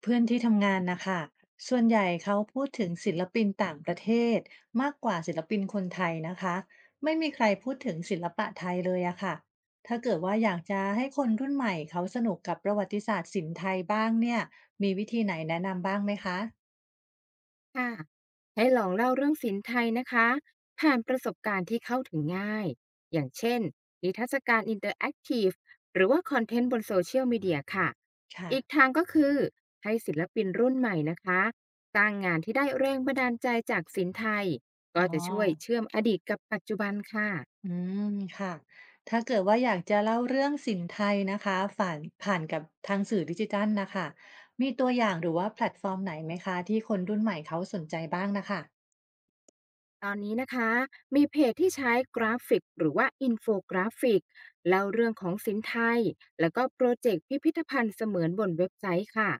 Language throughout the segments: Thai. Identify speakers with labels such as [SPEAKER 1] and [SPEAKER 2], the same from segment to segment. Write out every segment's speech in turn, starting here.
[SPEAKER 1] เพื่อนที่ทำงานนะคะส่วนใหญ่เขาพูดถึงศิลปินต่างประเทศมากกว่าศิลปินคนไทยนะคะไม่มีใครพูดถึงศิลปะไทยเลยอะค่ะถ้าเกิดว่าอยากจะให้คนรุ่นใหม่เขาสนุกกับประวัติศาสตร์ศิลป์ไทยบ้างเนี่ยมีวิธีไหนแนะนำบ้างไหมคะ
[SPEAKER 2] ค่ะให้ลองเล่าเรื่องศิลป์ไทยนะคะผ่านประสบการณ์ที่เข้าถึงง่ายอย่างเช่นนิทรรศการอินเตอร์แอคทีฟหรือว่าคอนเทนต์บนโซเชียลมีเดียค่ะ
[SPEAKER 1] ค่ะ
[SPEAKER 2] อีกทางก็คือให้ศิลปินรุ่นใหม่นะคะสร้างงานที่ได้แรงบันดาลใจจากศิลป์ไทยก็
[SPEAKER 1] อ๋อ
[SPEAKER 2] จะช่วยเชื่อมอดีตกับปัจจุบันค่ะ
[SPEAKER 1] อืมค่ะถ้าเกิดว่าอยากจะเล่าเรื่องสินไทยนะคะผ่านกับทางสื่อดิจิทัลนะคะมีตัวอย่างหรือว่าแพลตฟอร์มไหนไหมคะที่คนรุ่นใหม่เขาสนใจบ้างนะคะ
[SPEAKER 2] ตอนนี้นะคะมีเพจที่ใช้กราฟิกหรือว่าอินโฟกราฟิกเล่าเรื่องของสินไทยแล้วก็โปรเจกต์พิพิธภัณฑ์เสมือนบนเว็บไซต์ค่ะ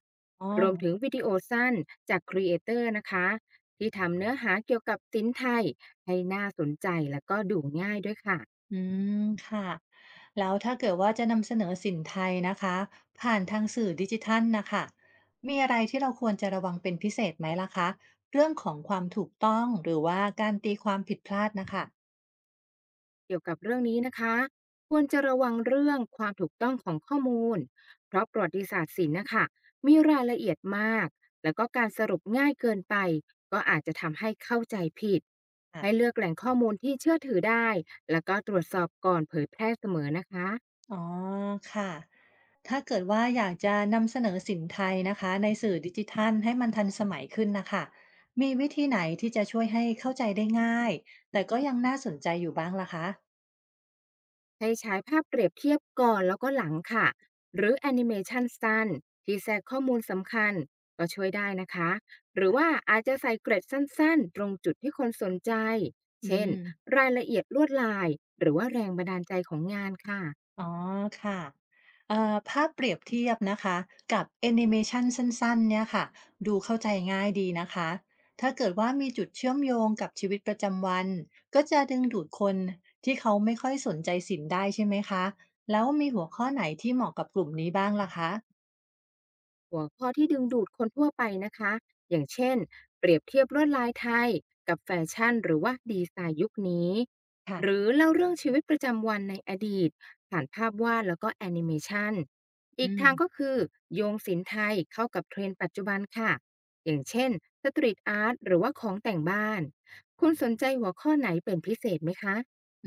[SPEAKER 1] อ๋อ
[SPEAKER 2] รวมถึงวิดีโอสั้นจากครีเอเตอร์นะคะที่ทำเนื้อหาเกี่ยวกับสินไทยให้น่าสนใจแล้วก็ดูง่ายด้วยค่ะ
[SPEAKER 1] อืมค่ะ แล้วถ้าเกิดว่าจะนำเสนอสินไทยนะคะผ่านทางสื่อดิจิทัลนะคะมีอะไรที่เราควรจะระวังเป็นพิเศษไหมล่ะคะเรื่องของความถูกต้องหรือว่าการตีความผิดพลาดนะคะ
[SPEAKER 2] เกี่ยวกับเรื่องนี้นะคะควรจะระวังเรื่องความถูกต้องของข้อมูลเพราะประวัติศาสตร์ศิลป์นะคะมีรายละเอียดมากแล้วก็การสรุปง่ายเกินไปก็อาจจะทำให้เข้าใจผิดให้
[SPEAKER 1] ค่ะ
[SPEAKER 2] เลือกแหล่งข้อมูลที่เชื่อถือได้แล้วก็ตรวจสอบก่อนเผยแพร่เสมอนะคะ
[SPEAKER 1] อ๋อค่ะ ถ้าเกิดว่าอยากจะนำเสนอสินไทยนะคะในสื่อดิจิทัลให้มันทันสมัยขึ้นนะคะมีวิธีไหนที่จะช่วยให้เข้าใจได้ง่ายแต่ก็ยังน่าสนใจอยู่บ้างล่ะคะ
[SPEAKER 2] ให้ใช้ภาพเปรียบเทียบก่อนแล้วก็หลังค่ะ หรือแอนิเมชันสั้นที่แทรกข้อมูลสำคัญก็ช่วยได้นะคะ หรือว่าอาจจะใส่เกร็ดสั้นๆ ตรงจุดที่คนสนใจ
[SPEAKER 1] อื
[SPEAKER 2] เช่น
[SPEAKER 1] ม
[SPEAKER 2] รายละเอียดลวดลายหรือว่าแรงบันดาลใจของงานค่ะ
[SPEAKER 1] อ๋อค่ะภาพเปรียบเทียบนะคะกับแอนิเมชันสั้นๆเนี่ยค่ะดูเข้าใจง่ายดีนะคะถ้าเกิดว่ามีจุดเชื่อมโยงกับชีวิตประจำวันก็จะดึงดูดคนที่เขาไม่ค่อยสนใจศิลป์ได้ใช่ไหมคะแล้วมีหัวข้อไหนที่เหมาะกับกลุ่มนี้บ้างล่ะคะ
[SPEAKER 2] หัวข้อที่ดึงดูดคนทั่วไปนะคะอย่างเช่นเปรียบเทียบลวดลายไทยกับแฟชั่นหรือว่าดีไซน์ยุคนี้หรื
[SPEAKER 1] ค่ะ
[SPEAKER 2] อเล่าเรื่องชีวิตประจำวันในอดีตผ่านภาพวาดแล้วก็แอนิเมชันอี
[SPEAKER 1] อื
[SPEAKER 2] ก
[SPEAKER 1] ม
[SPEAKER 2] ทางก็คือโยงศิลป์ไทยเข้ากับเทรนด์ปัจจุบันค่ะอย่างเช่นสตรีทอาร์ตหรือว่าของแต่งบ้านคุณสนใจหัวข้อไหนเป็นพิเศษไหมคะ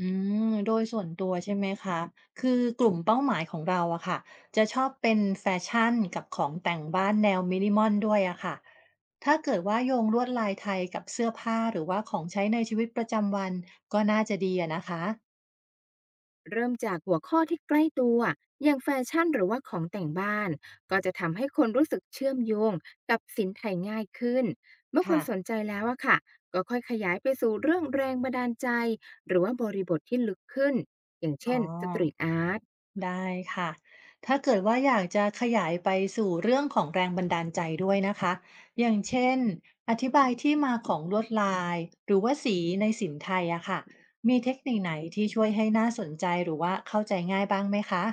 [SPEAKER 1] อืมโดยส่วนตัวใช่ไหมคะคือกลุ่มเป้าหมายของเราอะค่ะจะชอบเป็นแฟชั่นกับของแต่งบ้านแนวมินิมอลด้วยอะค่ะถ้าเกิดว่าโยงลวดลายไทยกับเสื้อผ้าหรือว่าของใช้ในชีวิตประจำวันก็น่าจะดีอะนะคะ
[SPEAKER 2] เริ่มจากหัวข้อที่ใกล้ตัวอย่างแฟชั่นหรือว่าของแต่งบ้านก็จะทำให้คนรู้สึกเชื่อมโยงกับสินไทยง่ายขึ้นเมื่อคน
[SPEAKER 1] ค่ะ
[SPEAKER 2] สนใจแล้วอะค่ะก็ค่อยขยายไปสู่เรื่องแรงบันดาลใจหรือว่าบริบทที่ลึกขึ้นอย่าง
[SPEAKER 1] อ๋อ
[SPEAKER 2] เช่นสตรีทอาร์ต
[SPEAKER 1] ได้ค่ะถ้าเกิดว่าอยากจะขยายไปสู่เรื่องของแรงบันดาลใจด้วยนะคะอย่างเช่นอธิบายที่มาของลวดลายหรือว่าสีในสินไทยอะค่ะมีเทคนิคไหนที่ช่วยให้น่าสนใจหรือว่าเข้าใจง่ายบ้างไหมคะ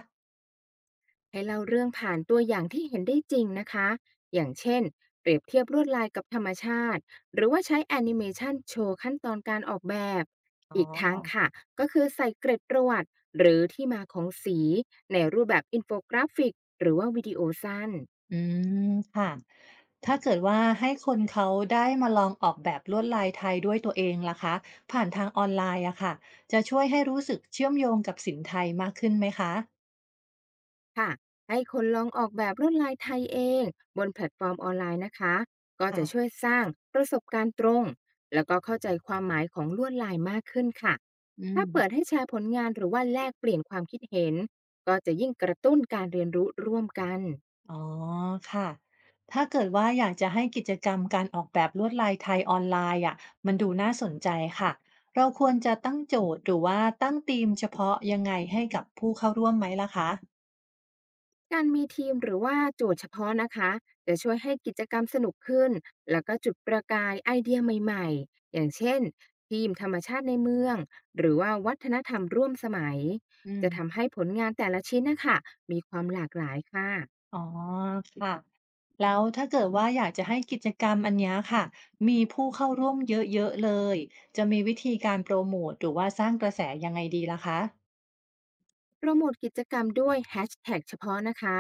[SPEAKER 2] ให้เล่าเรื่องผ่านตัวอย่างที่เห็นได้จริงนะคะ อย่างเช่นเปรียบเทียบลวดลายกับธรรมชาติ หรือว่าใช้แอนิเมชันโชว์ขั้นตอนการออกแบบ
[SPEAKER 1] อ๋อ
[SPEAKER 2] อีกทางค่ะก็คือใส่เกร็ดประวัติหรือที่มาของสีในรูปแบบอินโฟกราฟิกหรือว่าวิดีโอสั้น
[SPEAKER 1] อืมค่ะถ้าเกิดว่าให้คนเขาได้มาลองออกแบบลวดลายไทยด้วยตัวเองล่ะคะผ่านทางออนไลน์อะค่ะจะช่วยให้รู้สึกเชื่อมโยงกับสินไทยมากขึ้นไหมคะ
[SPEAKER 2] ค่ะให้คนลองออกแบบลวดลายไทยเองบนแพลตฟอร์มออนไลน์นะคะก็
[SPEAKER 1] ค่ะ
[SPEAKER 2] จะช่วยสร้างประสบการณ์ตรงแล้วก็เข้าใจความหมายของลวดลายมากขึ้นค่ะ
[SPEAKER 1] อืม
[SPEAKER 2] ถ้าเปิดให้แชร์ผลงานหรือว่าแลกเปลี่ยนความคิดเห็นก็จะยิ่งกระตุ้นการเรียนรู้ร่วมกัน
[SPEAKER 1] อ๋อค่ะ ถ้าเกิดว่าอยากจะให้กิจกรรมการออกแบบลวดลายไทยออนไลน์อะมันดูน่าสนใจค่ะเราควรจะตั้งโจทย์หรือว่าตั้งธีมเฉพาะยังไงให้กับผู้เข้าร่วมไหมล่ะคะ
[SPEAKER 2] การมีทีมหรือว่าโจทย์เฉพาะนะคะจะช่วยให้กิจกรรมสนุกขึ้นแล้วก็จุดประกายไอเดียใหม่ๆอย่างเช่นทีมธรรมชาติในเมืองหรือว่าวัฒนธรรมร่วมสมัย
[SPEAKER 1] อื
[SPEAKER 2] จะ
[SPEAKER 1] ม
[SPEAKER 2] ทำให้ผลงานแต่ละชิ้นนะคะมีความหลากหลายค่ะ
[SPEAKER 1] อ๋อค่ะแล้วถ้าเกิดว่าอยากจะให้กิจกรรมอันเนี้ยค่ะ มีผู้เข้าร่วมเยอะๆเลย จะมีวิธีการโปรโมทหรือว่าสร้างกระแสยังไงดีล่ะคะ
[SPEAKER 2] โปรโมทกิจกรรมด้วยแฮชแท็กเฉพาะนะคะ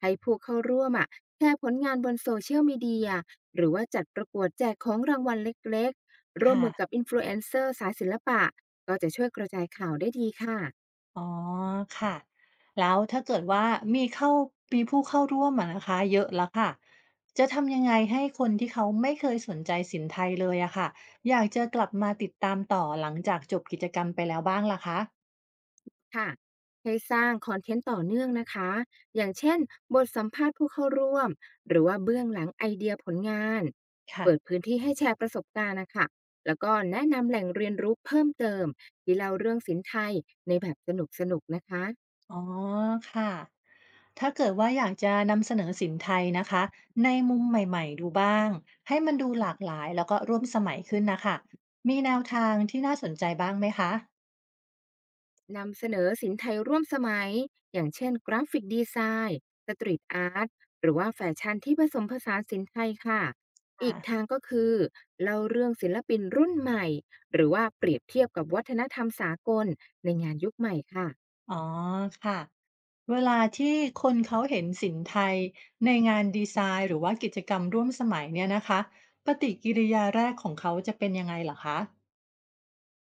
[SPEAKER 2] ให้ผู้เข้าร่วมอ่ะแชร์ผลงานบนโซเชียลมีเดียหรือว่าจัดประกวดแจกของรางวัลเล็กๆร่วม
[SPEAKER 1] ค่ะ
[SPEAKER 2] มือกับอินฟลูเอนเซอร์สายศิลปะก็จะช่วยกระจายข่าวได้ดีค่ะ
[SPEAKER 1] อ๋อค่ะแล้วถ้าเกิดว่ามีเข้ามีผู้เข้าร่วมอะนะคะเยอะแล้วค่ะจะทำยังไงให้คนที่เขาไม่เคยสนใจสินไทยเลยอะค่ะอยากจะกลับมาติดตามต่อหลังจากจบกิจกรรมไปแล้วบ้างล่ะคะ
[SPEAKER 2] ค่ะให้สร้างคอนเทนต์ต่อเนื่องนะคะ อย่างเช่นบทสัมภาษณ์ผู้เข้าร่วม หรือว่าเบื้องหลังไอเดียผลงาน
[SPEAKER 1] ค่ะ
[SPEAKER 2] เปิดพื้นที่ให้แชร์ประสบการณ์นะคะ แล้วก็แนะนำแหล่งเรียนรู้เพิ่มเติมที่เล่าเรื่องศิลป์ไทยในแบบสนุกๆนนะคะ
[SPEAKER 1] อ๋อค่ะถ้าเกิดว่าอยากจะนำเสนอสินไทยนะคะในมุมใหม่ๆดูบ้างให้มันดูหลากหลายแล้วก็ร่วมสมัยขึ้นนะค่ะมีแนวทางที่น่าสนใจบ้างไหมคะ
[SPEAKER 2] นำเสนอสินไทยร่วมสมัยอย่างเช่นกราฟิกดีไซน์สตรีทอาร์ตหรือว่าแฟชั่นที่ผสมผสานสินไทยค่ะอี
[SPEAKER 1] ค่ะ
[SPEAKER 2] กทางก็คือเล่าเรื่องศิลปินรุ่นใหม่หรือว่าเปรียบเทียบกับวัฒนธรรมสากลในงานยุคใหม่ค่ะ
[SPEAKER 1] อ๋อค่ะ เวลาที่คนเขาเห็นศิลป์ไทยในงานดีไซน์หรือว่ากิจกรรมร่วมสมัยเนี่ยนะคะปฏิกิริยาแรกของเขาจะเป็นยังไงเหรอคะ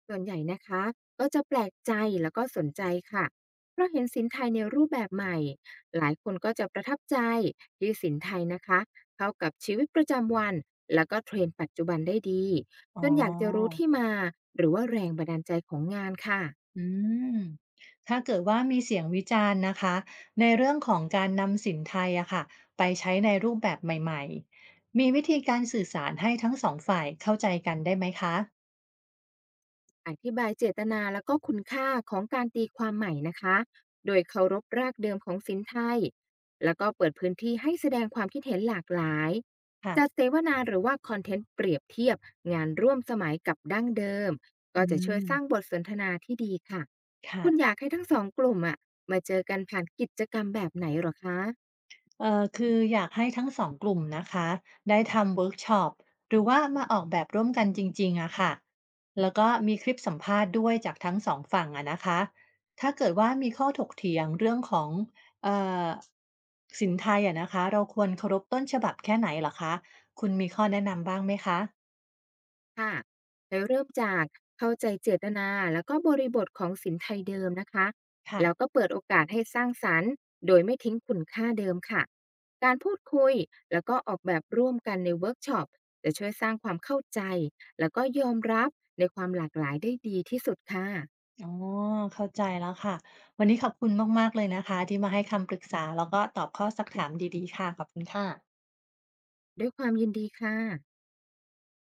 [SPEAKER 2] ส่วนใหญ่นะคะก็จะแปลกใจแล้วก็สนใจค่ะเพราะเห็นสินไทยในรูปแบบใหม่หลายคนก็จะประทับใจที่สินไทยนะคะเข้ากับชีวิตประจำวันแล้วก็เทรนด์ปัจจุบันได้ดี
[SPEAKER 1] อ๋
[SPEAKER 2] จ
[SPEAKER 1] อ
[SPEAKER 2] นอยากจะรู้ที่มาหรือว่าแรงบันดาลใจของงานค่ะ
[SPEAKER 1] อืมถ้าเกิดว่ามีเสียงวิจารณ์นะคะในเรื่องของการนำสินไทยอะค่ะไปใช้ในรูปแบบใหม่ๆมีวิธีการสื่อสารให้ทั้งสองฝ่ายเข้าใจกันได้ไหมคะ
[SPEAKER 2] อธิบายเจตนาและก็คุณค่าของการตีความใหม่นะคะโดยเคารพรากเดิมของสินไทยแล้วก็เปิดพื้นที่ให้แสดงความคิดเห็นหลากหลายจัด
[SPEAKER 1] ค่ะ
[SPEAKER 2] เสวนาหรือว่าคอนเทนต์เปรียบเทียบงานร่วมสมัยกับดั้งเดิม
[SPEAKER 1] อื
[SPEAKER 2] ก็จะช่วย
[SPEAKER 1] ม
[SPEAKER 2] สร้างบทสนทนาที่ดีค่ะ คุณอ
[SPEAKER 1] ค่ะ
[SPEAKER 2] ยากให้ทั้งสองกลุ่มอะมาเจอกันผ่านกิจกรรมแบบไหนเหรอคะ
[SPEAKER 1] คืออยากให้ทั้งสองกลุ่มนะคะได้ทำเวิร์กช็อปหรือว่ามาออกแบบร่วมกันจริงๆอะค่ะแล้วก็มีคลิปสัมภาษณ์ด้วยจากทั้งสองฝั่งอะนะคะถ้าเกิดว่ามีข้อถกเถียงเรื่องของเอ่อสินไทยอะนะคะเราควรเคารพต้นฉบับแค่ไหนเหรอคะคุณมีข้อแนะนำบ้างไหมคะ
[SPEAKER 2] ค่ะให้เริ่มจากเข้าใจเจตนาแล้วก็บริบทของศิลป์ไทยเดิมนะคะ
[SPEAKER 1] ค่ะ
[SPEAKER 2] แล้วก็เปิดโอกาสให้สร้างสรรค์โดยไม่ทิ้งคุณค่าเดิมค่ะการพูดคุยแล้วก็ออกแบบร่วมกันในเวิร์กช็อปจะช่วยสร้างความเข้าใจแล้วก็ยอมรับในความหลากหลายได้ดีที่สุดค่ะ
[SPEAKER 1] อ๋อเข้าใจแล้วค่ะวันนี้ขอบคุณมากๆเลยนะคะที่มาให้คำปรึกษาแล้วก็ตอบข้อสักถามดีๆค่ะขอบคุณค่ะ
[SPEAKER 2] ด้วยความยินดีค่ะ